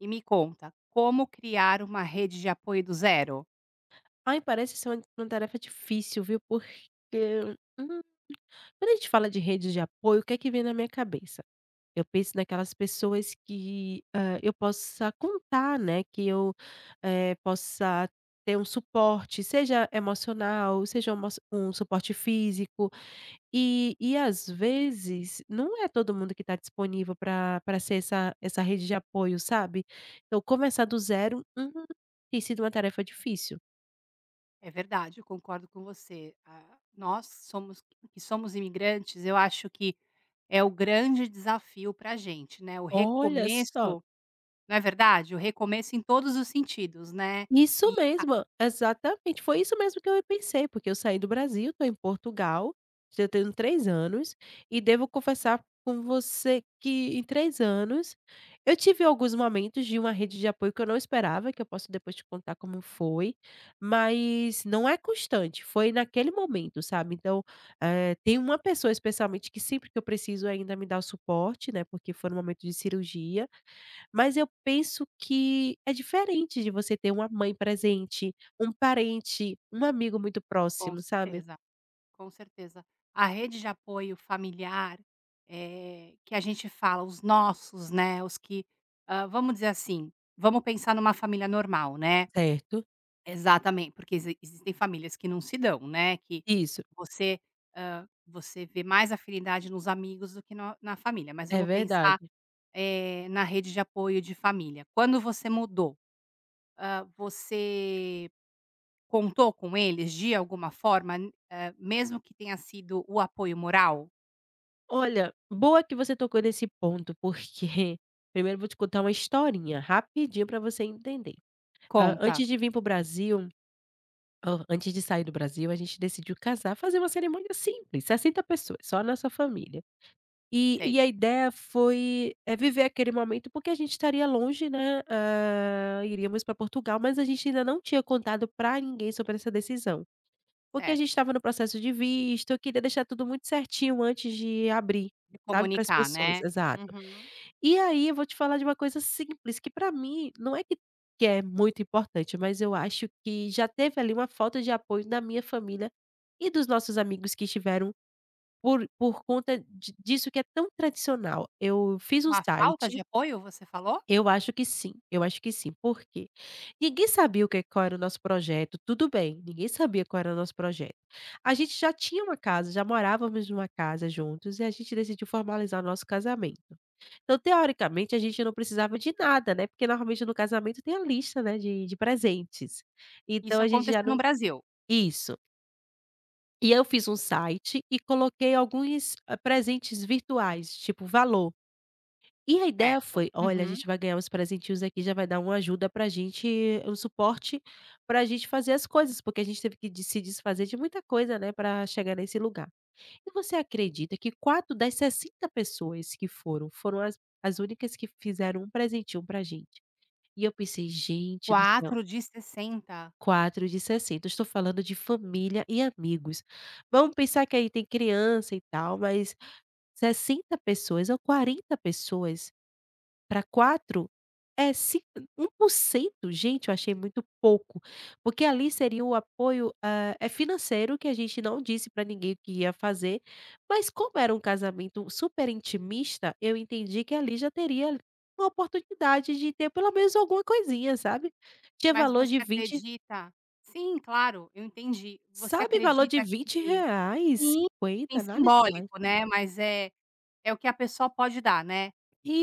E me conta, como criar uma rede de apoio do zero? Ai, parece ser uma tarefa difícil, viu, porque, hum, quando a gente fala de redes de apoio, o que é que vem na minha cabeça? Eu penso naquelas pessoas que, eu possa contar, né, que eu, possa ter um suporte, seja emocional, seja uma um suporte físico, e às vezes não é todo mundo que está disponível para pra ser essa rede de apoio, sabe. Então começar do zero, tem sido uma tarefa difícil. É verdade, eu concordo com você. Nós somos que somos imigrantes, eu acho que é o grande desafio para a gente, né? O Olha só! recomeço, não é verdade? O recomeço em todos os sentidos, né? Isso E a- mesmo, exatamente, foi isso mesmo que eu pensei, porque eu saí do Brasil, estou em Portugal, já tenho 3 anos, e devo confessar com você que em 3 anos eu tive alguns momentos de uma rede de apoio que eu não esperava, que eu posso depois te contar como foi, mas não é constante, foi naquele momento, sabe. Então, tem uma pessoa especialmente que sempre que eu preciso ainda me dá o suporte, né, porque foi no momento de cirurgia, mas eu penso que é diferente de você ter uma mãe presente, um parente, um amigo muito com próximo, sabe? certeza, com certeza. A rede de apoio familiar, que a gente fala, os nossos, né? Vamos dizer assim, vamos pensar numa família normal, né? Certo. Exatamente porque existem famílias que não se dão, né, que Isso, você, você vê mais afinidade nos amigos do que na família, mas é vamos pensar, verdade. Na rede de apoio de família. Quando você mudou, você contou com eles de alguma forma, mesmo que tenha sido o apoio moral? Olha, boa que você tocou nesse ponto, porque primeiro eu vou te contar uma historinha rapidinho para você entender. Ah, Conta. antes de vir para o Brasil oh, antes de sair do Brasil, a gente decidiu casar, fazer uma cerimônia simples, 60 pessoas, só a nossa família. E Sei, e a ideia é viver aquele momento, porque a gente estaria longe, né, iríamos pra Portugal, mas a gente ainda não tinha contado para ninguém sobre essa decisão. Porque a gente certo. estava no processo de visto, eu queria deixar tudo muito certinho antes de abrir, De sabe, para as comunicar, pessoas. né. Exato. Uhum. E aí eu vou te falar de uma coisa simples, que para mim não é que é muito importante, mas eu acho que já teve ali uma falta de apoio da minha família e dos nossos amigos que estiveram por conta di disso que é tão tradicional. Eu fiz um Uma falta de site. apoio, você falou? Eu acho que sim, eu acho que sim. Por quê? Ninguém sabia o que qual era o nosso projeto, tudo bem, ninguém sabia qual era o nosso projeto. A gente já tinha uma casa, já morávamos numa casa juntos e a gente decidiu formalizar o nosso casamento. Então, teoricamente, a gente não precisava de nada, né, porque normalmente no casamento tem a lista, né, de presentes. Então Isso a gente já aconteceu no não. Brasil, Isso. E eu fiz um site e coloquei alguns, presentes virtuais, tipo valor. E a ideia certo. foi: "Olha, a Uhum. gente vai ganhar uns presentinhos aqui, já vai dar uma ajuda pra gente, um suporte pra gente fazer as coisas", porque a gente teve que de se desfazer de muita coisa, né, pra chegar nesse lugar. E você acredita que 4 das 60 pessoas que foram, foram as únicas que fizeram um presentinho pra gente. E eu pensei: "Gente do céu, 4 de 60. 4 de 60!" Eu estou falando de família e amigos. Vamos pensar que aí tem criança e tal, mas 60 pessoas ou 40 pessoas para 4 é cin 1%. Gente, eu achei muito pouco, porque ali seria o apoio, é financeiro que a gente não disse para ninguém que ia fazer, mas como era um casamento super intimista, eu entendi que ali já teria uma oportunidade de ter pelo menos alguma coisinha, sabe. Tinha Mas valor você de 20. acredita, sim, claro, eu entendi. Você Sabe, valor de acredita vinte que reais, sim, sim, 50, nada demais. simbólico, né, mas é o que a pessoa pode dar, né.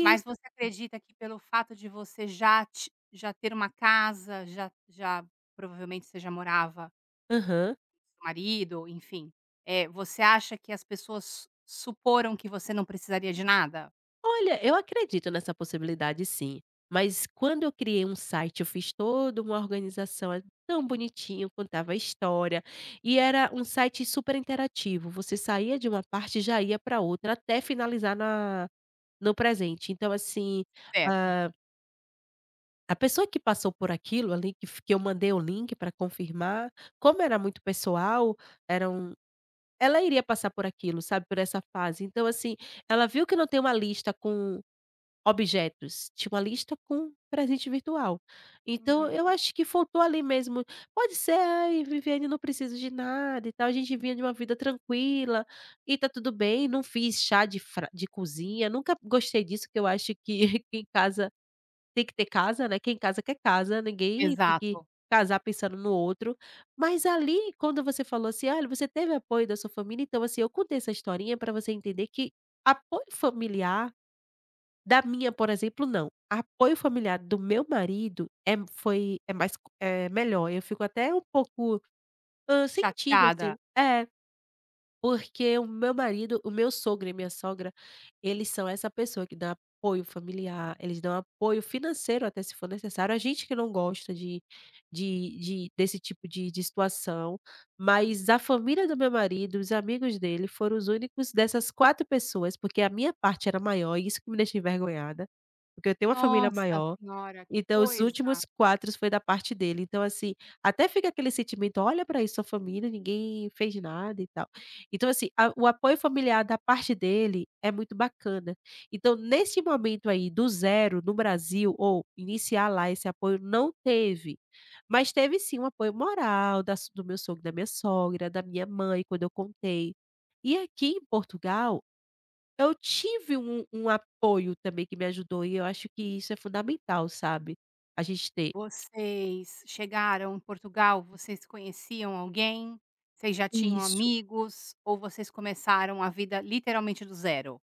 Mas você acredita que pelo fato de você já ter uma casa, já provavelmente você já morava com Aham. seu marido, enfim, você acha que as pessoas suporam que você não precisaria de nada? Olha, eu acredito nessa possibilidade sim, mas quando eu criei um site, eu fiz toda uma organização, é tão bonitinho, contava a história, e era um site super interativo, você saía de uma parte e já ia para outra, até finalizar na no presente. Então assim, Certo. a a pessoa que passou por aquilo ali, que eu mandei o link para confirmar, como era muito pessoal. Eram Ela iria passar por aquilo, sabe, por essa fase. Então, assim, ela viu que não tem uma lista com objetos, tinha uma lista com presente virtual. Então, eu Uhum. acho que faltou ali mesmo. Pode ser: "Ai, Viviane, não preciso de nada e tal, a gente vinha de uma vida tranquila e tá tudo bem, não fiz chá de fra de cozinha, nunca gostei disso, que eu acho que que em casa tem que ter casa, né, quem casa quer casa, ninguém tem que Exato. casar pensando no outro." Mas ali, quando você falou assim: "Olha, você teve apoio da sua família", então assim, eu contei essa historinha para você entender que apoio familiar da minha, por exemplo, não. Apoio familiar do meu marido é foi é mais co é melhor. Eu fico até um pouco, sentida Chateada. assim. É. Porque o meu sogro e minha sogra, eles são essa pessoa que dá apoio familiar, eles dão apoio financeiro até se for necessário, a gente que não gosta de desse tipo de situação, mas a família do meu marido, os amigos dele foram os únicos dessas 4 pessoas, porque a minha parte era maior e isso que me deixa envergonhada, porque eu tenho uma família Nossa maior, senhora, que então os coisa. últimos 4 foi da parte dele. Então, assim, até fica aquele sentimento: "Olha para isso, sua família, ninguém fez nada e tal". Então, assim, a o apoio familiar da parte dele é muito bacana. Então, nesse momento aí do zero no Brasil, ou iniciar lá esse apoio, não teve. Mas teve sim um apoio moral da so do meu sogro, da minha sogra, da minha mãe, quando eu contei. E aqui em Portugal eu tive um apoio também que me ajudou e eu acho que isso é fundamental, sabe, a gente ter. Vocês chegaram em Portugal, vocês conheciam alguém? Vocês já tinham Isso. amigos ou vocês começaram a vida literalmente do zero?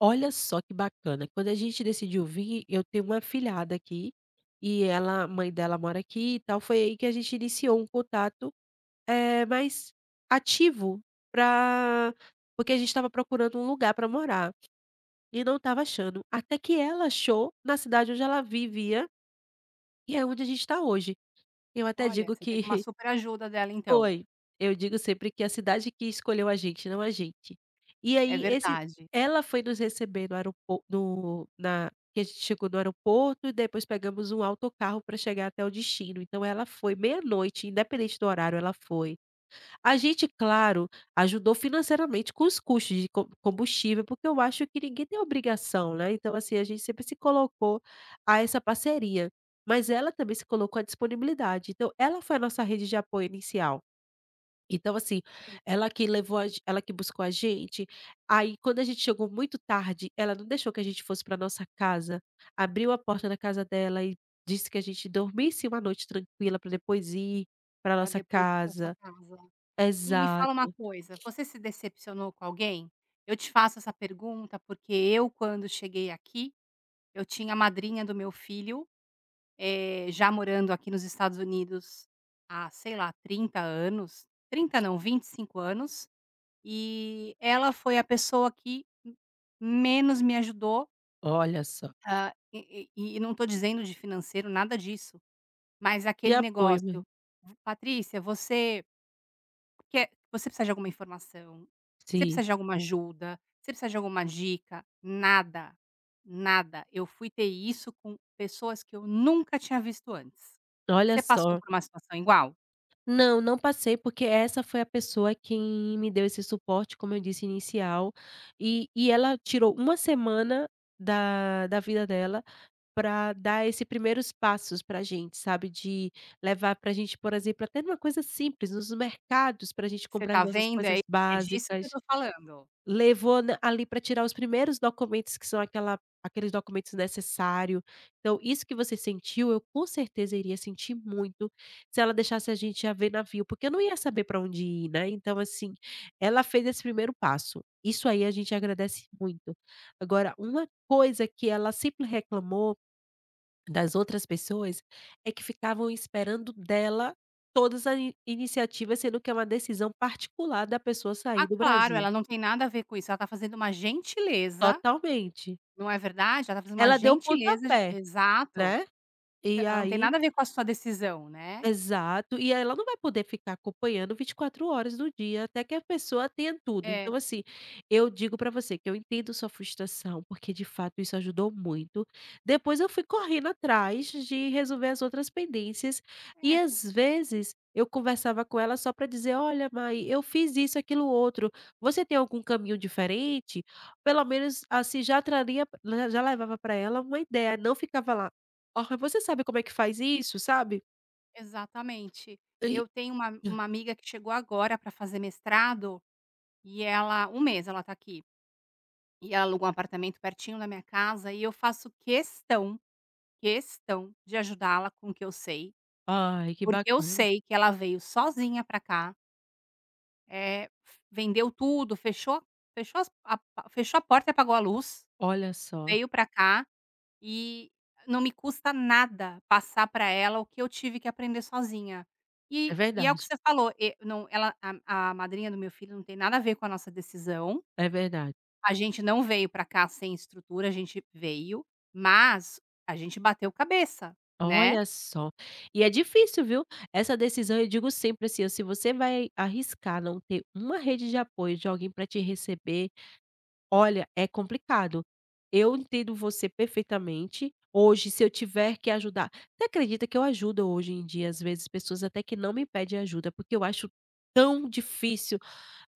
Olha só que bacana, quando a gente decidiu vir, eu tenho uma filhada aqui, e ela a mãe dela mora aqui e tal, foi aí que a gente iniciou um contato, mais ativo para, porque a gente estava procurando um lugar para morar, e não estava achando, até que ela achou na cidade onde ela vivia, e é onde a gente está hoje. Eu até Olha, digo você teve uma que... super ajuda dela então, Foi. Eu digo sempre que a cidade que escolheu a gente, não a gente. E é aí esse verdade, ela foi nos receber no aeroporto, no na que a gente chegou no aeroporto e depois pegamos um autocarro pra chegar até o destino, então ela foi meia-noite, independente do horário, ela foi. A gente, claro, ajudou financeiramente com os custos de com combustível, porque eu acho que ninguém tem obrigação, né, então assim, a gente sempre se colocou a essa parceria, mas ela também se colocou à disponibilidade, então ela foi a nossa rede de apoio inicial. Então assim, ela que buscou a gente, aí quando a gente chegou muito tarde, ela não deixou que a gente fosse para nossa casa, abriu a porta da casa dela e disse que a gente dormisse uma noite tranquila para depois ir para pra nossa depois ir pra sua casa. casa. E me fala uma Exato. coisa, você se decepcionou com alguém? Eu te faço essa pergunta, porque eu quando cheguei aqui, eu tinha a madrinha do meu filho, eh, já morando aqui nos Estados Unidos há, sei lá, 30 anos, 30 não, 25 anos, e ela foi a pessoa que menos me ajudou, Olha só. E e não estou dizendo de financeiro, nada disso, mas De aquele apoio mesmo. negócio: "V Patrícia, você". Que é, você precisa de alguma informação, você Sim, precisa de alguma ajuda, você precisa de alguma dica, nada, nada. Eu fui ter isso com pessoas que eu nunca tinha visto antes. olha Você passou só. por uma situação igual? Não, não passei, porque essa foi a pessoa que me deu esse suporte, como eu disse, inicial, e ela tirou uma semana da vida dela para dar esse primeiros passos para a gente, sabe, de levar para a gente, por exemplo, até numa coisa simples, nos mercados para a gente Você comprar as tá nossas vendo? É, coisas é disso que eu básicas, tô falando. levou na ali para tirar os primeiros documentos que são aquela aqueles documentos necessário. Então isso que você sentiu, eu com certeza iria sentir muito se ela deixasse a gente a ver navio, porque eu não ia saber para onde ir, né. Então assim, ela fez esse primeiro passo, isso aí a gente agradece muito. Agora, uma coisa que ela sempre reclamou das outras pessoas, é que ficavam esperando dela todas as i iniciativas, sendo que é uma decisão particular da pessoa Ah, sair do claro, Brasil. ela não tem nada a ver com isso, ela tá fazendo uma gentileza, Totalmente. não é verdade? Ela tá fazendo uma Ela deu o gentileza de, pontapé, exato. né, e Ela não tem aí... nada a ver com a sua decisão, né. Exato, e ela não vai poder ficar acompanhando 24 horas do dia, até que a pessoa tenha tudo. É, Então, assim, eu digo pra você que eu entendo sua frustração, porque de fato isso ajudou muito. Depois eu fui correndo atrás de resolver as outras pendências e é às vezes eu conversava com ela só pra dizer: "Olha, mãe, eu fiz isso, aquilo, outro. Você tem algum caminho diferente?" Pelo menos assim já traria, né, já levava pra ela uma ideia, não ficava lá: "Ó, você sabe como é que faz isso?", sabe? Exatamente. Eu tenho uma amiga que chegou agora para fazer mestrado, e ela um mês ela tá aqui, e ela alugou um apartamento pertinho da minha casa e eu faço questão, questão de ajudá-la com o que eu sei, Ai, que porque eu bacana. sei que ela veio sozinha para cá, é vendeu tudo, fechou fechou a porta e apagou a luz, Olha só, veio para cá. E não me custa nada passar para ela o que eu tive que aprender sozinha. é E é o que verdade, você falou, e não, ela, a madrinha do meu filho não tem nada a ver com a nossa decisão, é verdade. a gente não veio para cá sem estrutura, a gente veio, mas a gente bateu cabeça, né, Olha só, e é difícil, viu, essa decisão. Eu digo sempre assim, ó, se você vai arriscar não ter uma rede de apoio de alguém para te receber, olha, é complicado. Eu entendo você perfeitamente. Hoje, se eu tiver que ajudar, você acredita que eu ajudo hoje em dia, às vezes, pessoas até que não me pedem ajuda, porque eu acho tão difícil,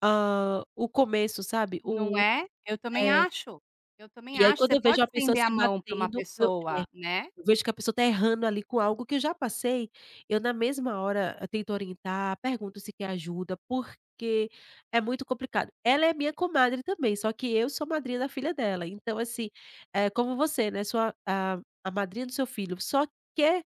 o começo, sabe? não O é? É. Eu também E aí acho, quando você eu pode vejo uma pessoa estender a se mão para uma batendo, é, pessoa, né. eu vejo que a pessoa tá errando ali com algo que eu já passei, eu na mesma hora eu tento orientar, pergunto se quer ajuda, porque é muito complicado. Ela é minha comadre também, só que eu sou madrinha da filha dela, então assim, é como você, né, sua a madrinha do seu filho, só que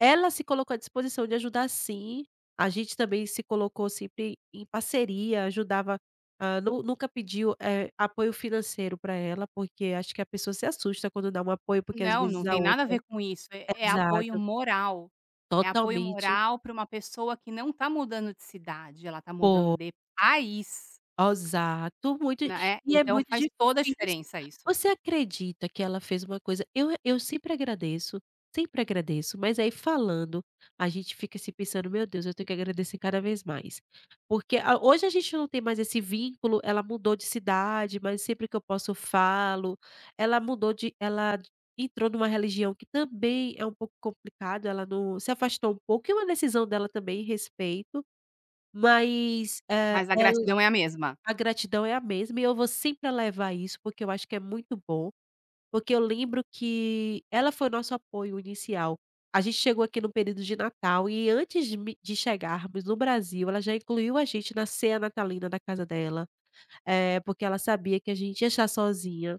ela se colocou à disposição de ajudar, sim, a gente também se colocou sempre em parceria, ajudava, hã, nu nunca pediu, apoio financeiro para ela, porque acho que a pessoa se assusta quando dá um apoio, porque às Não, não vezes a tem nada a outra, ver com isso, é apoio exato, moral, é apoio totalmente. moral para uma pessoa que não está mudando de cidade, ela está mudando Pô, de país, exato, muito, né, e é então muito faz toda a difícil. diferença isso, Você acredita que ela fez uma coisa, eu sempre agradeço, mas aí falando, a gente fica se pensando: "Meu Deus, eu tenho que agradecer cada vez mais". Porque a hoje a gente não tem mais esse vínculo, ela mudou de cidade, mas sempre que eu posso eu falo, ela mudou de ela entrou numa religião que também é um pouco complicado, ela não se afastou um pouco, é uma decisão dela também respeito, mas, mas a ela gratidão é a mesma. a gratidão é a mesma e eu vou sempre levar isso, porque eu acho que é muito bom, porque eu lembro que ela foi o nosso apoio inicial. A gente chegou aqui no período de Natal e antes de chegarmos no Brasil, ela já incluiu a gente na ceia natalina da casa dela, porque ela sabia que a gente ia estar sozinha.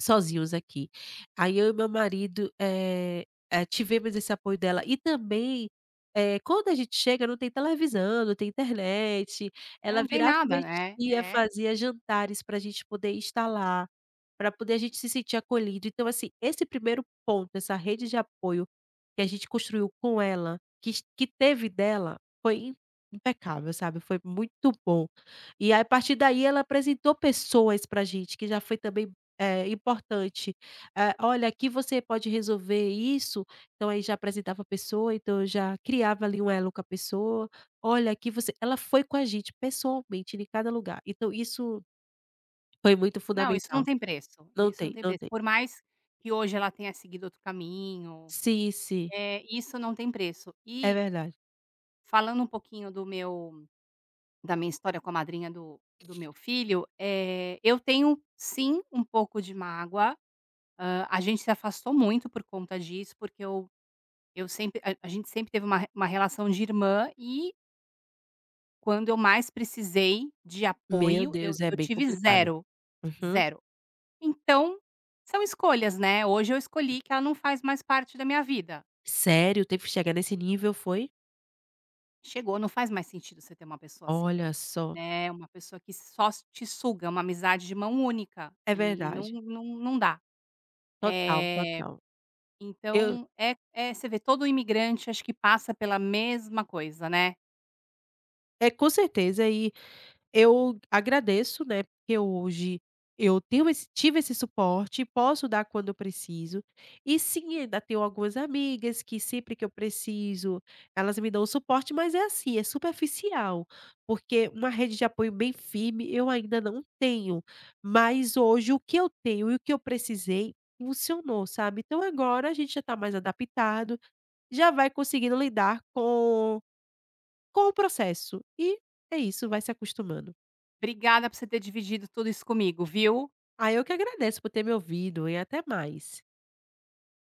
Sozinhos aqui. Aí eu e meu marido, tivemos esse apoio dela e também, quando a gente chega não tem televisão, não tem internet, É, ela não tem virava e nada, né, mexia, é. fazia jantares para a gente poder estar lá, pra poder a gente se sentir acolhido. Então assim, esse primeiro ponto, essa rede de apoio que a gente construiu com ela, que es que teve dela, foi impecável, sabe, foi muito bom. E aí a partir daí ela apresentou pessoas pra gente, que já foi também, importante. "Olha, aqui você pode resolver isso", então aí já apresentava a pessoa, então eu já criava ali um elo com a pessoa. "Olha, aqui você", ela foi com a gente pessoalmente em cada lugar, então isso foi muito Não, isso não fundamental. tem preço, Não isso não tem, tem não preço, tem. por mais que hoje ela tenha seguido outro caminho, Sim, sim, isso não tem preço. é E, verdade. falando um pouquinho do meu, da minha história com a madrinha do meu filho, é, eu tenho sim um pouco de mágoa, a gente se afastou muito por conta disso, porque eu sempre a gente sempre teve uma re uma relação de irmã e quando eu mais precisei de Meu apoio, eu Deus, é eu bem tive complicado. zero, Uhum. zero. Então, são escolhas, né, hoje eu escolhi que ela não faz mais parte da minha vida. Sério? Teve que chegar nesse nível foi? Chegou, não faz mais sentido você ter uma pessoa assim, Olha só. né, uma pessoa que só te suga, uma amizade de mão única, É e não verdade. não não dá. Total, Eh, total. Eu então é você vê, todo imigrante acho que passa pela mesma coisa, né. é, com certeza, e eu agradeço, né, porque hoje eu tenho esse tive esse suporte, posso dar quando eu preciso. E sim, ainda tenho algumas amigas que sempre que eu preciso, elas me dão o suporte, mas é assim, é superficial, porque uma rede de apoio bem firme eu ainda não tenho. Mas hoje o que eu tenho e o que eu precisei funcionou, sabe. Então agora a gente já está mais adaptado, já vai conseguindo lidar com o processo. E é isso, vai se acostumando. "Obrigada por você ter dividido tudo isso comigo, viu". Ah, eu que agradeço por ter me ouvido e até mais.